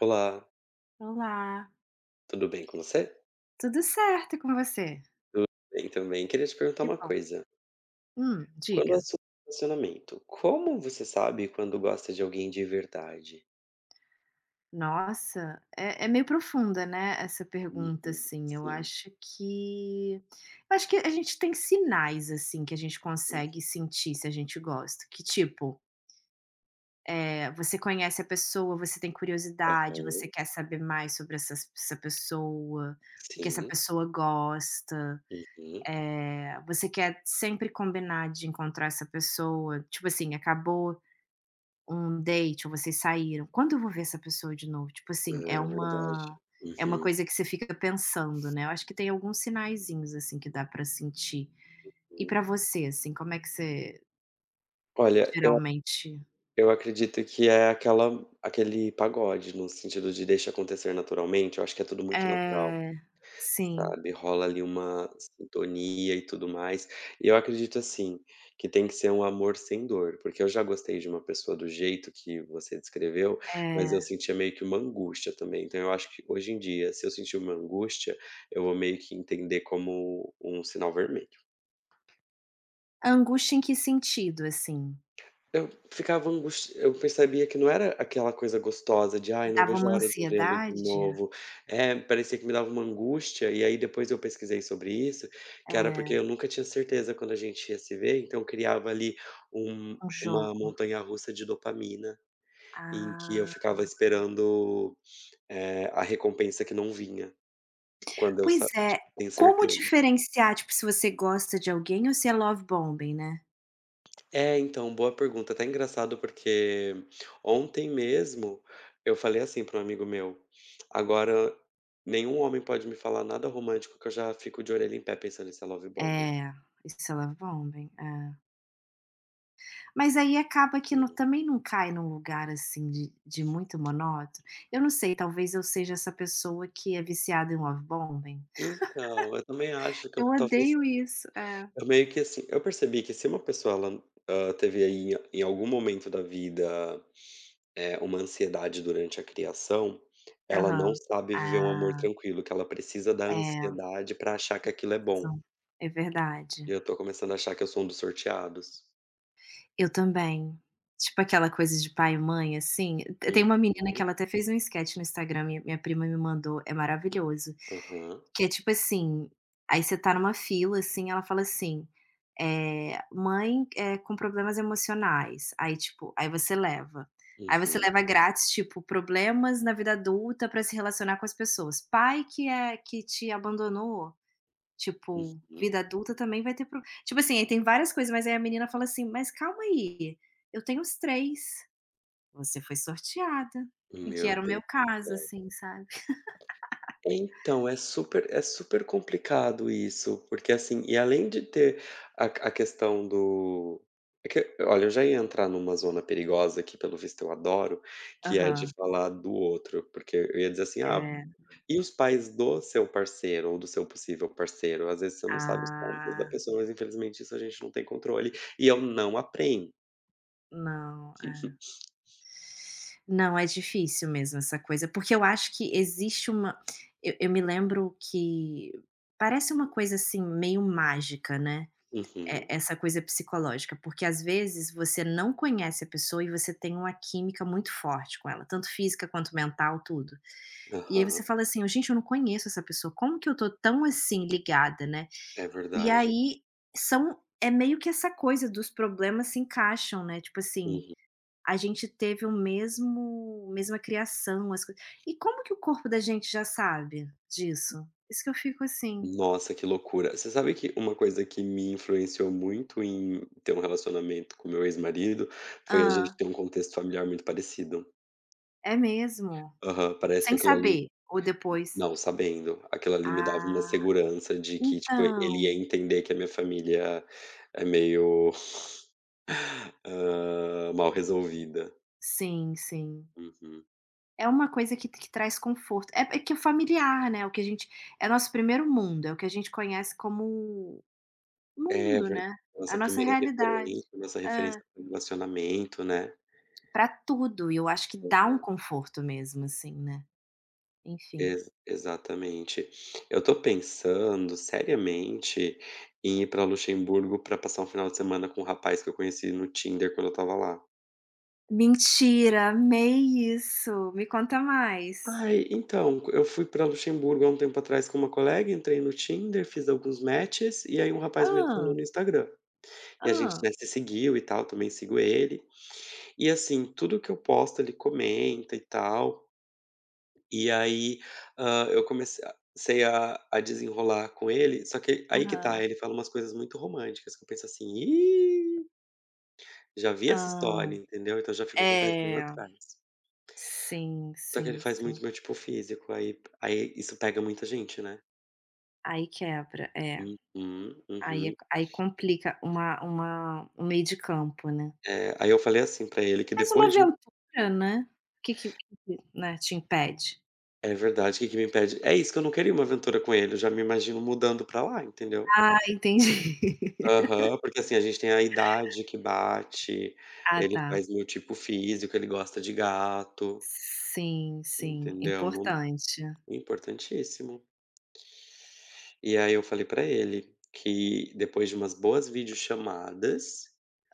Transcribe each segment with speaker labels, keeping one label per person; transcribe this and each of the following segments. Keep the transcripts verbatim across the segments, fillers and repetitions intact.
Speaker 1: Olá,
Speaker 2: Olá,
Speaker 1: tudo bem com você?
Speaker 2: tudo certo com você?
Speaker 1: Tudo bem também. Queria te perguntar
Speaker 2: Que
Speaker 1: uma
Speaker 2: bom.
Speaker 1: coisa.
Speaker 2: Hum,
Speaker 1: Quando o
Speaker 2: diga.
Speaker 1: assunto é relacionamento, como você sabe quando gosta de alguém de verdade?
Speaker 2: Nossa, é, é meio profunda, né, essa pergunta,
Speaker 1: Uhum,
Speaker 2: assim, eu
Speaker 1: sim.
Speaker 2: acho que. Eu acho que a gente tem sinais, assim, que a gente
Speaker 1: Uhum.
Speaker 2: consegue sentir se a gente gosta, que tipo, é, você conhece a pessoa, você tem curiosidade,
Speaker 1: Aham.
Speaker 2: você quer saber mais sobre essa, essa pessoa, o que que essa
Speaker 1: Sim.
Speaker 2: pessoa gosta.
Speaker 1: Uhum.
Speaker 2: É, você quer sempre combinar de encontrar essa pessoa, tipo assim, acabou um date ou vocês saíram, "Quando eu vou ver essa pessoa de novo?" Tipo
Speaker 1: Ah,
Speaker 2: assim, é
Speaker 1: é verdade.
Speaker 2: uma é uma
Speaker 1: Uhum.
Speaker 2: coisa que você fica pensando, né. Eu acho que tem alguns sinaizinhos, assim, que dá pra sentir. E
Speaker 1: Hum.
Speaker 2: pra você, assim, como é que você
Speaker 1: Olha, eu
Speaker 2: geralmente.
Speaker 1: eu acredito que é aquela aquele pagode, no sentido de deixa acontecer naturalmente, eu acho que é tudo muito natural.
Speaker 2: É, sim,
Speaker 1: Sabe, rola ali uma sintonia e tudo mais. E eu acredito, assim, que tem que ser um amor sem dor, porque eu já gostei de uma pessoa do jeito que você descreveu, mas
Speaker 2: é.
Speaker 1: eu sentia meio que uma angústia também. Então eu acho que hoje em dia, se eu sentir uma angústia, eu vou meio que entender como um sinal vermelho.
Speaker 2: Angústia em que sentido, assim?
Speaker 1: Eu ficava angusti Eu percebia que não era aquela coisa gostosa de: "Ai, não
Speaker 2: Dava
Speaker 1: vejo a
Speaker 2: uma
Speaker 1: hora de vê-lo de
Speaker 2: ansiedade?
Speaker 1: novo". Eh, parecia que me dava uma angústia, e aí depois eu pesquisei sobre isso, que era porque
Speaker 2: É,
Speaker 1: eu nunca tinha certeza quando a gente ia se ver, então eu criava ali um
Speaker 2: um
Speaker 1: uma
Speaker 2: jogo.
Speaker 1: montanha-russa de dopamina, em que eu
Speaker 2: Ah.
Speaker 1: ficava esperando, eh, a recompensa que não vinha, quando eu
Speaker 2: Pois
Speaker 1: sa
Speaker 2: é,
Speaker 1: tipo, tenho
Speaker 2: como
Speaker 1: certeza.
Speaker 2: diferenciar, tipo, se você gosta de alguém ou se é love bombing, né?
Speaker 1: É, então, boa pergunta. Até engraçado porque ontem mesmo eu falei assim para um amigo meu: "Agora nenhum homem pode me falar nada romântico que eu já fico de orelha em pé pensando em é love bombing".
Speaker 2: É, isso ela vão bem, é. Mas aí acaba que não também não cai num lugar, assim, de de muito monótono. Eu não sei, talvez eu seja essa pessoa que é viciada em love bombing.
Speaker 1: Então, eu também acho que
Speaker 2: Eu
Speaker 1: eu talvez
Speaker 2: odeio isso. É.
Speaker 1: eu meio que assim, eu percebi que se uma pessoa ela, hã, teve aí em em algum momento da vida, eh, uma ansiedade durante a criação, ela não
Speaker 2: Aham.
Speaker 1: sabe viver um amor
Speaker 2: Ah,
Speaker 1: tranquilo, que ela precisa da
Speaker 2: é,
Speaker 1: ansiedade para achar que aquilo é bom.
Speaker 2: são é
Speaker 1: E
Speaker 2: verdade.
Speaker 1: eu tô começando a achar que eu sou um dos sorteados.
Speaker 2: Eu também. Tipo aquela coisa de pai e mãe, assim. Te tem
Speaker 1: Uhum.
Speaker 2: uma menina que ela até fez um esquete no Instagram, minha minha prima me mandou, é maravilhoso.
Speaker 1: Aham.
Speaker 2: Que é tipo assim, aí você tá numa fila, assim, ela fala assim, eh, "Mãe, é com problemas emocionais", aí tipo aí você leva. Aí você
Speaker 1: Uhum,
Speaker 2: leva grátis, tipo, problemas na vida adulta pra se relacionar com as pessoas. Pai que é que te abandonou. Tipo,
Speaker 1: uhum.
Speaker 2: vida adulta também vai ter pro tipo assim, aí tem várias coisas, mas aí a menina fala assim: "Mas calma aí, eu tenho os três. você foi sorteada", e que
Speaker 1: Meu
Speaker 2: era o meu
Speaker 1: Deus.
Speaker 2: caso, assim, sabe.
Speaker 1: Então, é super é super complicado isso, porque, assim, e além de ter a a questão do é que olha, eu já ia entrar numa zona perigosa que, pelo visto, eu adoro, que é de
Speaker 2: Aham.
Speaker 1: falar do outro, porque eu ia dizer assim: "Ah,
Speaker 2: É.
Speaker 1: e os pais do seu parceiro ou do seu possível parceiro?". Às vezes você não sabe os traumas da
Speaker 2: Ah,
Speaker 1: pessoa, mas infelizmente isso a gente não tem controle, e eu não aprendo.
Speaker 2: não, é. Não, é difícil mesmo essa coisa, porque eu acho que existe uma. Eu eu me lembro que parece uma coisa, assim, meio mágica, né.
Speaker 1: Uhum.
Speaker 2: É essa coisa psicológica, porque às vezes você não conhece a pessoa e você tem uma química muito forte com ela, tanto física quanto mental, tudo. E aí
Speaker 1: Aham.
Speaker 2: você fala assim: "Gente, eu não conheço essa pessoa, como que eu tô tão assim ligada, né?".
Speaker 1: É
Speaker 2: E
Speaker 1: verdade.
Speaker 2: aí são é meio que essa coisa dos problemas se encaixam, né, tipo assim,
Speaker 1: Uhum.
Speaker 2: a gente teve o mesmo mesma criação, as coisas, e como que o corpo da gente já sabe disso? Isso que eu fico assim:
Speaker 1: Nossa, que loucura. Você sabe que uma coisa que me influenciou muito em ter um relacionamento com meu ex-marido, foi a gente
Speaker 2: ah,
Speaker 1: ter um contexto familiar muito parecido.
Speaker 2: é mesmo?".
Speaker 1: Aham, parece que
Speaker 2: Sem
Speaker 1: aquilo ali
Speaker 2: saber, ou depois.
Speaker 1: não, sabendo, aquilo ali me dava uma
Speaker 2: Ah,
Speaker 1: segurança de que, tipo, ele ia
Speaker 2: então.
Speaker 1: entender que a minha família é meio, hã, mal resolvida.
Speaker 2: Sim, sim.
Speaker 1: Uhum.
Speaker 2: É uma coisa que que traz conforto. É é que é familiar, né, o que a gente. É nosso primeiro mundo, é o que a gente conhece como
Speaker 1: É
Speaker 2: mundo,
Speaker 1: ver
Speaker 2: né, a
Speaker 1: Nossa
Speaker 2: nossa
Speaker 1: primeira
Speaker 2: realidade.
Speaker 1: referência, nossa
Speaker 2: Hã.
Speaker 1: referência para relacionamento, né.
Speaker 2: Pra tudo, e eu acho que dá um conforto mesmo, assim, né, enfim.
Speaker 1: Ex exatamente. Eu tô pensando seriamente em ir pra Luxemburgo pra passar um final de semana com um rapaz que eu conheci no Tinder quando eu estava lá.
Speaker 2: Mentira, amei isso, me conta mais.
Speaker 1: Ai, então, eu fui pra Luxemburgo há um tempo atrás com uma colega, entrei no Tinder, fiz alguns matches, e aí um rapaz me adicionou
Speaker 2: Ah,
Speaker 1: no Instagram. E a gente,
Speaker 2: ah,
Speaker 1: né, se seguiu e tal, também sigo ele. E assim, tudo que eu posto ele comenta e tal. E aí, hã, eu comecei a sei a a desenrolar com ele, só que aí que tá,
Speaker 2: ah.
Speaker 1: ele fala umas coisas muito românticas que eu penso assim: "Ih, já vi essa história",
Speaker 2: Hã.
Speaker 1: entendeu. Então já ficou com o pezinho
Speaker 2: É,
Speaker 1: atrás.
Speaker 2: sim,
Speaker 1: Só que ele
Speaker 2: sim,
Speaker 1: faz
Speaker 2: sim.
Speaker 1: muito meu tipo físico, aí aí isso pega muita gente, né.
Speaker 2: Aí quebra, é.
Speaker 1: Uhum,
Speaker 2: Aí é
Speaker 1: uhum.
Speaker 2: aí complica uma uma um meio de campo, né.
Speaker 1: É, aí eu falei assim pra ele que
Speaker 2: Mas uma
Speaker 1: depois de um
Speaker 2: aventura, né. O Que que que, né, te impede?
Speaker 1: é verdade, o que que me impede? É isso, que eu não queria uma aventura com ele, eu já me imagino mudando pra lá, entendeu.
Speaker 2: Ah, entendi.
Speaker 1: Aham, porque assim, a gente tem a idade que bate,
Speaker 2: Ah,
Speaker 1: ele
Speaker 2: tá.
Speaker 1: faz meu tipo físico, ele gosta de gato,
Speaker 2: Sim, sim,
Speaker 1: entendeu? Não,
Speaker 2: importante.
Speaker 1: é importantíssimo. E aí eu falei pra ele que depois de umas boas videochamadas,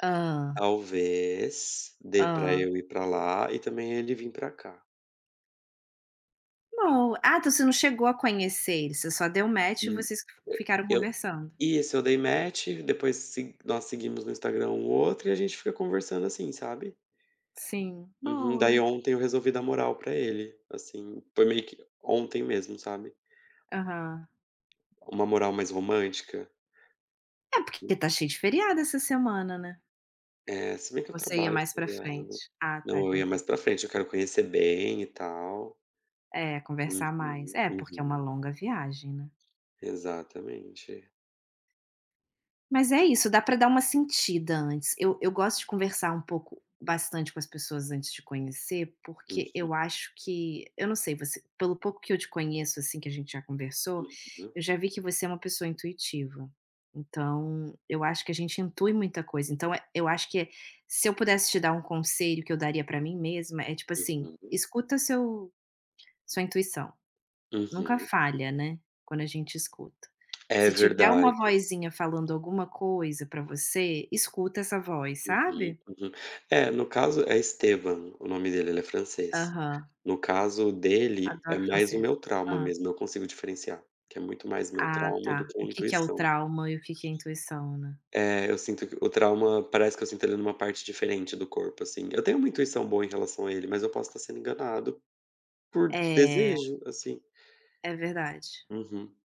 Speaker 2: Ah,
Speaker 1: talvez dê pra
Speaker 2: ah.
Speaker 1: eu ir pra lá e também ele vir pra cá.
Speaker 2: Não, ah, então você não chegou a conhecer ele, você só deu match e
Speaker 1: Hum,
Speaker 2: vocês ficaram
Speaker 1: eu
Speaker 2: conversando.
Speaker 1: isso, eu dei match, depois se nós seguimos no Instagram um outro e a gente fica conversando assim, sabe?
Speaker 2: Sim,
Speaker 1: Uhum.
Speaker 2: boa.
Speaker 1: Daí ontem eu resolvi dar moral pra ele, assim, foi meio que ontem mesmo, sabe.
Speaker 2: Aham.
Speaker 1: Uma moral mais romântica.
Speaker 2: É, porque tá cheio de feriado essa semana, né.
Speaker 1: É, se bem que eu
Speaker 2: você ia
Speaker 1: trabalho
Speaker 2: mais pra
Speaker 1: feriado.
Speaker 2: frente? Ah, tá, é
Speaker 1: Não, eu ia mais
Speaker 2: verdade.
Speaker 1: pra frente, eu quero conhecer bem e tal.
Speaker 2: É, conversar mais.
Speaker 1: Uhum,
Speaker 2: É, porque é uma
Speaker 1: uhum.
Speaker 2: longa viagem, né.
Speaker 1: Exatamente.
Speaker 2: Mas é isso, dá pra dar uma sentida antes. Eu eu gosto de conversar um pouco bastante com as pessoas antes de conhecer, porque eu acho que eu não sei, você pelo pouco que eu te conheço, assim, que a gente já conversou,
Speaker 1: Uhum,
Speaker 2: eu já vi que você é uma pessoa intuitiva. Então, eu acho que a gente intui muita coisa. Então, eh, eu acho que se eu pudesse te dar um conselho que eu daria pra mim mesma, é tipo assim:
Speaker 1: uhum,
Speaker 2: escuta seu sua intuição. Nunca
Speaker 1: uhum.
Speaker 2: falha, né, quando a gente escuta.
Speaker 1: É
Speaker 2: Se tiver uma
Speaker 1: verdade.
Speaker 2: vozinha falando alguma coisa pra você, escuta essa voz,
Speaker 1: Uhum,
Speaker 2: sabe?
Speaker 1: uhum. É, no caso é Esteban o nome dele, ele é francês.
Speaker 2: Aham,
Speaker 1: No caso dele, é
Speaker 2: adoro
Speaker 1: mais o
Speaker 2: franceses.
Speaker 1: meu trauma
Speaker 2: Hã.
Speaker 1: mesmo, eu consigo diferenciar, que é muito mais meu
Speaker 2: Ah,
Speaker 1: trauma do
Speaker 2: tá.
Speaker 1: que a
Speaker 2: O que que é o
Speaker 1: intuição.
Speaker 2: trauma e o que que é intuição, né?
Speaker 1: É, eu sinto que o trauma parece que eu sinto ele numa parte diferente do corpo, assim. Eu tenho uma intuição boa em relação a ele, mas eu posso estar sendo enganado por
Speaker 2: É,
Speaker 1: desejo, assim.
Speaker 2: é verdade.
Speaker 1: Uhum.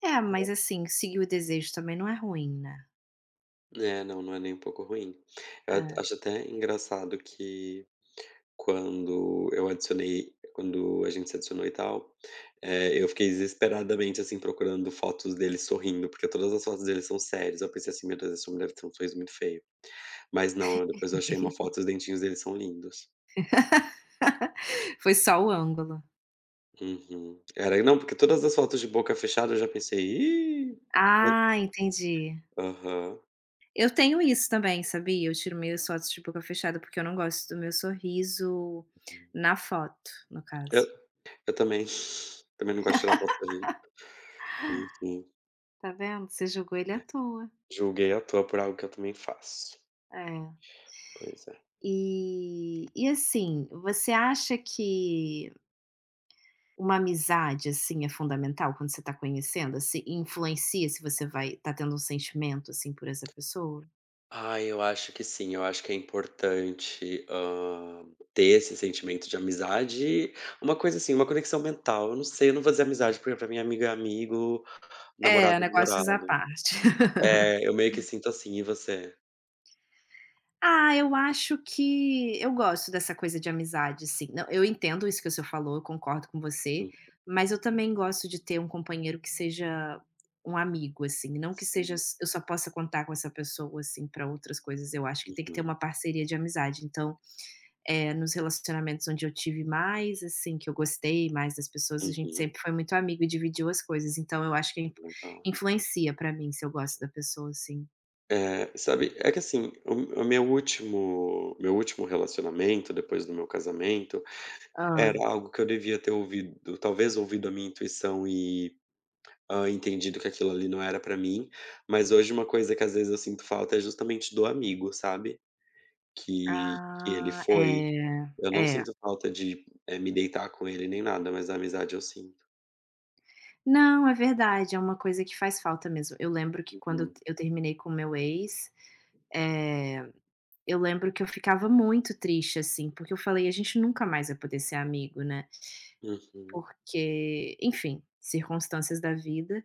Speaker 2: É, mas assim, seguir o desejo também não é ruim, né?
Speaker 1: É, não, não é nem um pouco ruim. Eu at
Speaker 2: É.
Speaker 1: acho até engraçado que quando eu adicionei quando a gente se adicionou e tal. É, eu fiquei desesperadamente, assim, procurando fotos dele sorrindo, porque todas as fotos dele são sérias. Eu pensei assim: "Meu Deus, esse homem deve ter um sorriso muito feio". Mas não, depois eu achei uma foto os dentinhos dele são lindos.
Speaker 2: Foi só o ângulo.
Speaker 1: Uhum. Era não, porque todas as fotos de boca fechada eu já pensei: "Ih".
Speaker 2: Ah, entendi.
Speaker 1: Aham.
Speaker 2: Eu tenho isso também, sabia? Eu tiro minhas fotos de boca fechada, porque eu não gosto do meu sorriso na foto, no
Speaker 1: Eu
Speaker 2: caso.
Speaker 1: eu também, também não gosto de tirar foto sorrindo. Enfim,
Speaker 2: Tá vendo? Você jogou ele à toa.
Speaker 1: julguei à toa por algo que eu também faço.
Speaker 2: É.
Speaker 1: Pois é.
Speaker 2: E, e assim, você acha que uma amizade assim é fundamental quando você está conhecendo, assim, influencia se você vai tá tendo um sentimento assim por essa pessoa?
Speaker 1: Ah, eu acho que sim, eu acho que é importante, hã, ter esse sentimento de amizade e uma coisa assim, uma conexão mental. Eu não sei, eu não vou dizer amizade, porque pra mim amigo é amigo,
Speaker 2: É,
Speaker 1: namorado é
Speaker 2: negócios à
Speaker 1: namorado.
Speaker 2: parte.
Speaker 1: É, eu meio que sinto assim, e você?
Speaker 2: Ah, eu acho que eu gosto dessa coisa de amizade, sim. Não, eu entendo isso que o senhor falou, eu concordo com você,
Speaker 1: Hum,
Speaker 2: mas eu também gosto de ter um companheiro que seja um amigo, assim, não que seja
Speaker 1: sim.
Speaker 2: s eu só possa contar com essa pessoa, assim, para outras coisas, eu acho que tem que ter
Speaker 1: Uhum,
Speaker 2: uma parceria de amizade. Então, eh, nos relacionamentos onde eu tive mais, assim, que eu gostei mais das pessoas, a gente
Speaker 1: uhum,
Speaker 2: sempre foi muito amigo e dividiu as coisas, então eu acho que in
Speaker 1: legal.
Speaker 2: influencia para mim se eu gosto da pessoa, assim.
Speaker 1: É, sabe, é que assim, o o meu último meu último relacionamento, depois do meu casamento, era algo que eu devia ter ouvido talvez ouvido a minha intuição e Hã, entendido que aquilo ali não era pra mim. Mas hoje uma coisa que às vezes eu sinto falta é justamente do amigo, sabe, que que ele
Speaker 2: Ah,
Speaker 1: foi.
Speaker 2: é,
Speaker 1: Eu não
Speaker 2: é.
Speaker 1: sinto falta de, eh, me deitar com ele nem nada, mas a amizade eu sinto.
Speaker 2: Não, é verdade, é uma coisa que faz falta mesmo. Eu lembro que quando eu t
Speaker 1: Uhum.
Speaker 2: eu terminei com o meu ex, eh, eu lembro que eu ficava muito triste, assim, porque eu falei: "A gente nunca mais vai poder ser amigo, né",
Speaker 1: Uhum,
Speaker 2: porque, enfim, circunstâncias da vida.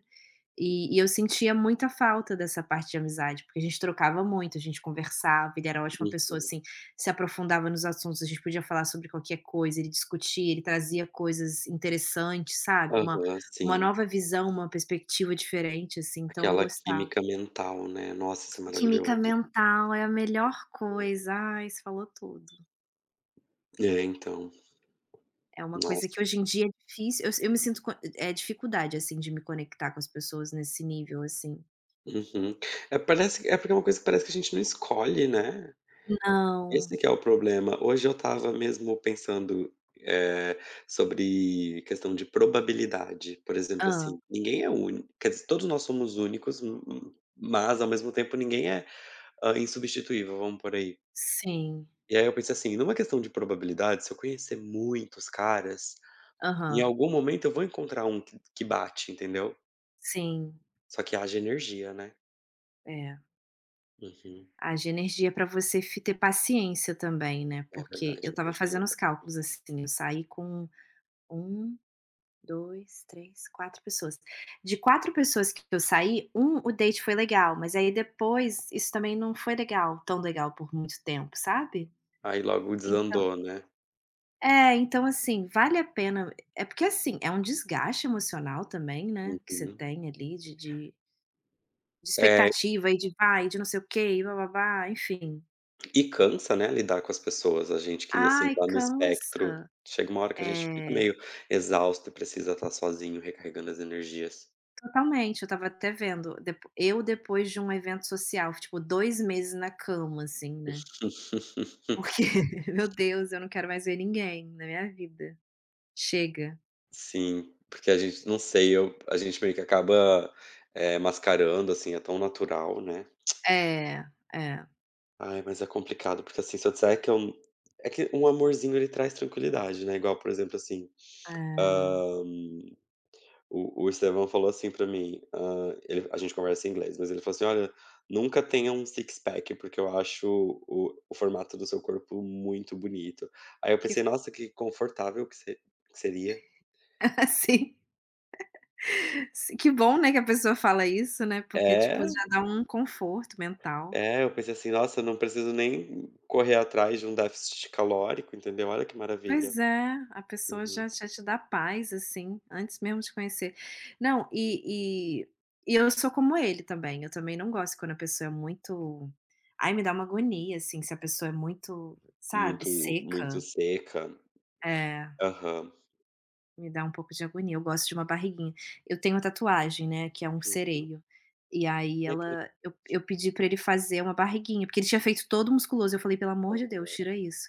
Speaker 2: E e eu sentia muita falta dessa parte de amizade, porque a gente trocava muito, a gente conversava, ele era uma ótima pessoa,
Speaker 1: uhum.
Speaker 2: assim, se aprofundava nos assuntos, a gente podia falar sobre qualquer coisa, ele discutia, ele trazia coisas interessantes, sabe, uma
Speaker 1: Aham, sim.
Speaker 2: uma nova visão, uma perspectiva diferente, assim, então eu
Speaker 1: Aquela
Speaker 2: gostava.
Speaker 1: química mental, né. Nossa, isso é
Speaker 2: Química
Speaker 1: maravilhoso.
Speaker 2: mental é a melhor coisa, ai, você falou tudo.
Speaker 1: É, então.
Speaker 2: É uma coisa que
Speaker 1: Nossa.
Speaker 2: hoje em dia é difícil, eu eu me sinto com eh, dificuldade, assim, de me conectar com as pessoas nesse nível, assim.
Speaker 1: Uhum. É, parece é porque é uma coisa que parece que a gente não escolhe, né.
Speaker 2: Não.
Speaker 1: Esse que é o problema. Hoje eu estava mesmo pensando, eh, sobre questão de probabilidade, por exemplo,
Speaker 2: Ah.
Speaker 1: assim, ninguém é único, quer dizer, todos nós somos únicos, m m mas ao mesmo tempo ninguém é, hã, insubstituível, vamos por aí.
Speaker 2: Sim.
Speaker 1: E aí eu pensei assim, numa questão de probabilidade, se eu conhecer muitos caras, em
Speaker 2: Aham,
Speaker 1: algum momento eu vou encontrar um que que bate, entendeu.
Speaker 2: sim,
Speaker 1: Só que haja energia, né.
Speaker 2: é.
Speaker 1: Uhum.
Speaker 2: Haja energia para você fi ter paciência também, né,
Speaker 1: É
Speaker 2: porque eu
Speaker 1: verdade,
Speaker 2: estava fazendo
Speaker 1: energia.
Speaker 2: os cálculos, assim, eu saí com um, dois, três, quatro pessoas. De quatro pessoas que eu saí, um o date foi legal, mas aí depois isso também não foi legal, tão legal por muito tempo, sabe.
Speaker 1: Aí logo
Speaker 2: Então
Speaker 1: desandou, né.
Speaker 2: é, então assim, vale a pena é porque, assim, é um desgaste emocional também, né, que você
Speaker 1: Uhum.
Speaker 2: tem ali de de de
Speaker 1: É.
Speaker 2: expectativa e de vai, de não sei o quê e blá enfim.
Speaker 1: E cansa, né, lidar com as pessoas. A gente que, assim,
Speaker 2: Ai,
Speaker 1: tá no espectro,
Speaker 2: cansa.
Speaker 1: chega uma hora que a gente fica
Speaker 2: É,
Speaker 1: meio exausto e precisa estar sozinho recarregando as energias.
Speaker 2: totalmente. Eu estava até vendo, depo eu depois de um evento social, tipo dois meses na cama, assim, né, porque meu Deus, eu não quero mais ver ninguém na minha vida. Chega.
Speaker 1: Sim, porque a gente não sei, eu a gente meio que acaba, eh, mascarando, assim, é tão natural, né.
Speaker 2: É, é,
Speaker 1: Ai, mas é complicado, porque, assim, se eu disser que eu é que um amorzinho ele traz tranquilidade, né, igual, por exemplo, assim,
Speaker 2: é,
Speaker 1: O o Estevão falou assim pra mim, hã, ele a gente conversa em inglês, mas ele falou assim: "Olha, nunca tenha um six pack, porque eu acho o o formato do seu corpo muito bonito". Aí eu
Speaker 2: que f
Speaker 1: pensei: "Nossa, que confortável que se que seria".
Speaker 2: assim, si que bom, né, que a pessoa fala isso, né, porque, tipo,
Speaker 1: É,
Speaker 2: já dá um conforto mental.
Speaker 1: é, eu pensei assim: "Nossa, não preciso nem correr atrás de um déficit calórico", entendeu, olha que maravilha.
Speaker 2: Pois é, a pessoa
Speaker 1: Uhum.
Speaker 2: já já te dá paz, assim, antes mesmo de conhecer. Não, e e e eu sou como ele também, eu também não gosto quando a pessoa é muito. Ai, me dá uma agonia, assim, se a pessoa é muito, sabe,
Speaker 1: Muito muito
Speaker 2: seca.
Speaker 1: seca.
Speaker 2: É.
Speaker 1: Aham.
Speaker 2: Me dá um pouco de agonia, eu gosto de uma barriguinha. Eu tenho uma tatuagem, né, que é um
Speaker 1: Uhum.
Speaker 2: sereio, e aí
Speaker 1: Ai, que
Speaker 2: ela eu eu pedi pra ele fazer uma barriguinha, porque ele tinha feito todo musculoso, eu falei: "Pelo amor de
Speaker 1: legal.
Speaker 2: Deus, tira isso".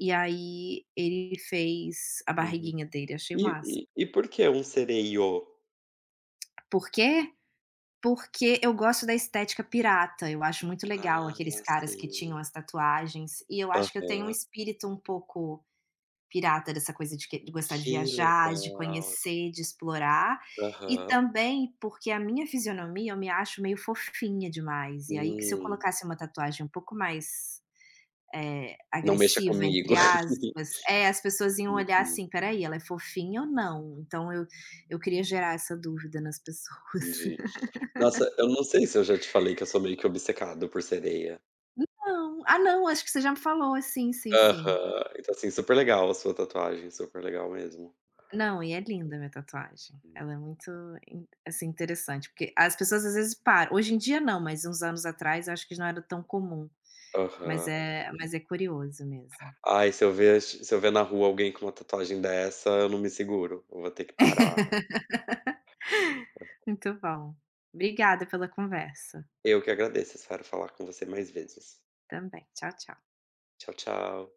Speaker 2: E aí ele fez a
Speaker 1: Uhum.
Speaker 2: barriguinha dele, achei
Speaker 1: E
Speaker 2: massa.
Speaker 1: e e por que um sereio?
Speaker 2: Por quê? Porque eu gosto da estética pirata, eu acho muito legal aqueles
Speaker 1: Ah,
Speaker 2: caras que tinham
Speaker 1: sim.
Speaker 2: as tatuagens, e eu acho que eu tenho um
Speaker 1: Aham.
Speaker 2: espírito um pouco pirata dessa coisa de que de gostar de
Speaker 1: Que
Speaker 2: viajar, de
Speaker 1: legal.
Speaker 2: conhecer, de explorar, e
Speaker 1: Aham.
Speaker 2: também porque a minha fisionomia eu me acho meio fofinha demais, e aí que se eu
Speaker 1: Hum.
Speaker 2: colocasse uma tatuagem um pouco mais, eh,
Speaker 1: Não mexa
Speaker 2: "agressiva",
Speaker 1: comigo.
Speaker 2: entre aspas é, as pessoas iam olhar
Speaker 1: Uhum,
Speaker 2: assim: peraí ela é fofinha ou não?". Então eu eu queria gerar essa dúvida nas pessoas.
Speaker 1: entendi. Nossa, eu não sei se eu já te falei que eu sou meio que obcecado por sereia.
Speaker 2: Não. Ah, não, acho que você já me falou. Sim, sim, sim.
Speaker 1: Aham. Então, assim, super legal a sua tatuagem, super legal mesmo.
Speaker 2: Não, e é linda a minha tatuagem. Ela é muito in assim, interessante, porque as pessoas às vezes param hoje em dia não, mas uns anos atrás eu acho que não era tão comum, mas
Speaker 1: Aham.
Speaker 2: é mas é curioso mesmo.
Speaker 1: Ai, se eu ver se eu ver na rua alguém com uma tatuagem dessa, eu não me seguro, eu vou ter que parar.
Speaker 2: Muito bom. Obrigada pela conversa,
Speaker 1: Eu que agradeço, espero falar com você mais vezes.
Speaker 2: também. Tchau, tchau.
Speaker 1: Tchau, tchau.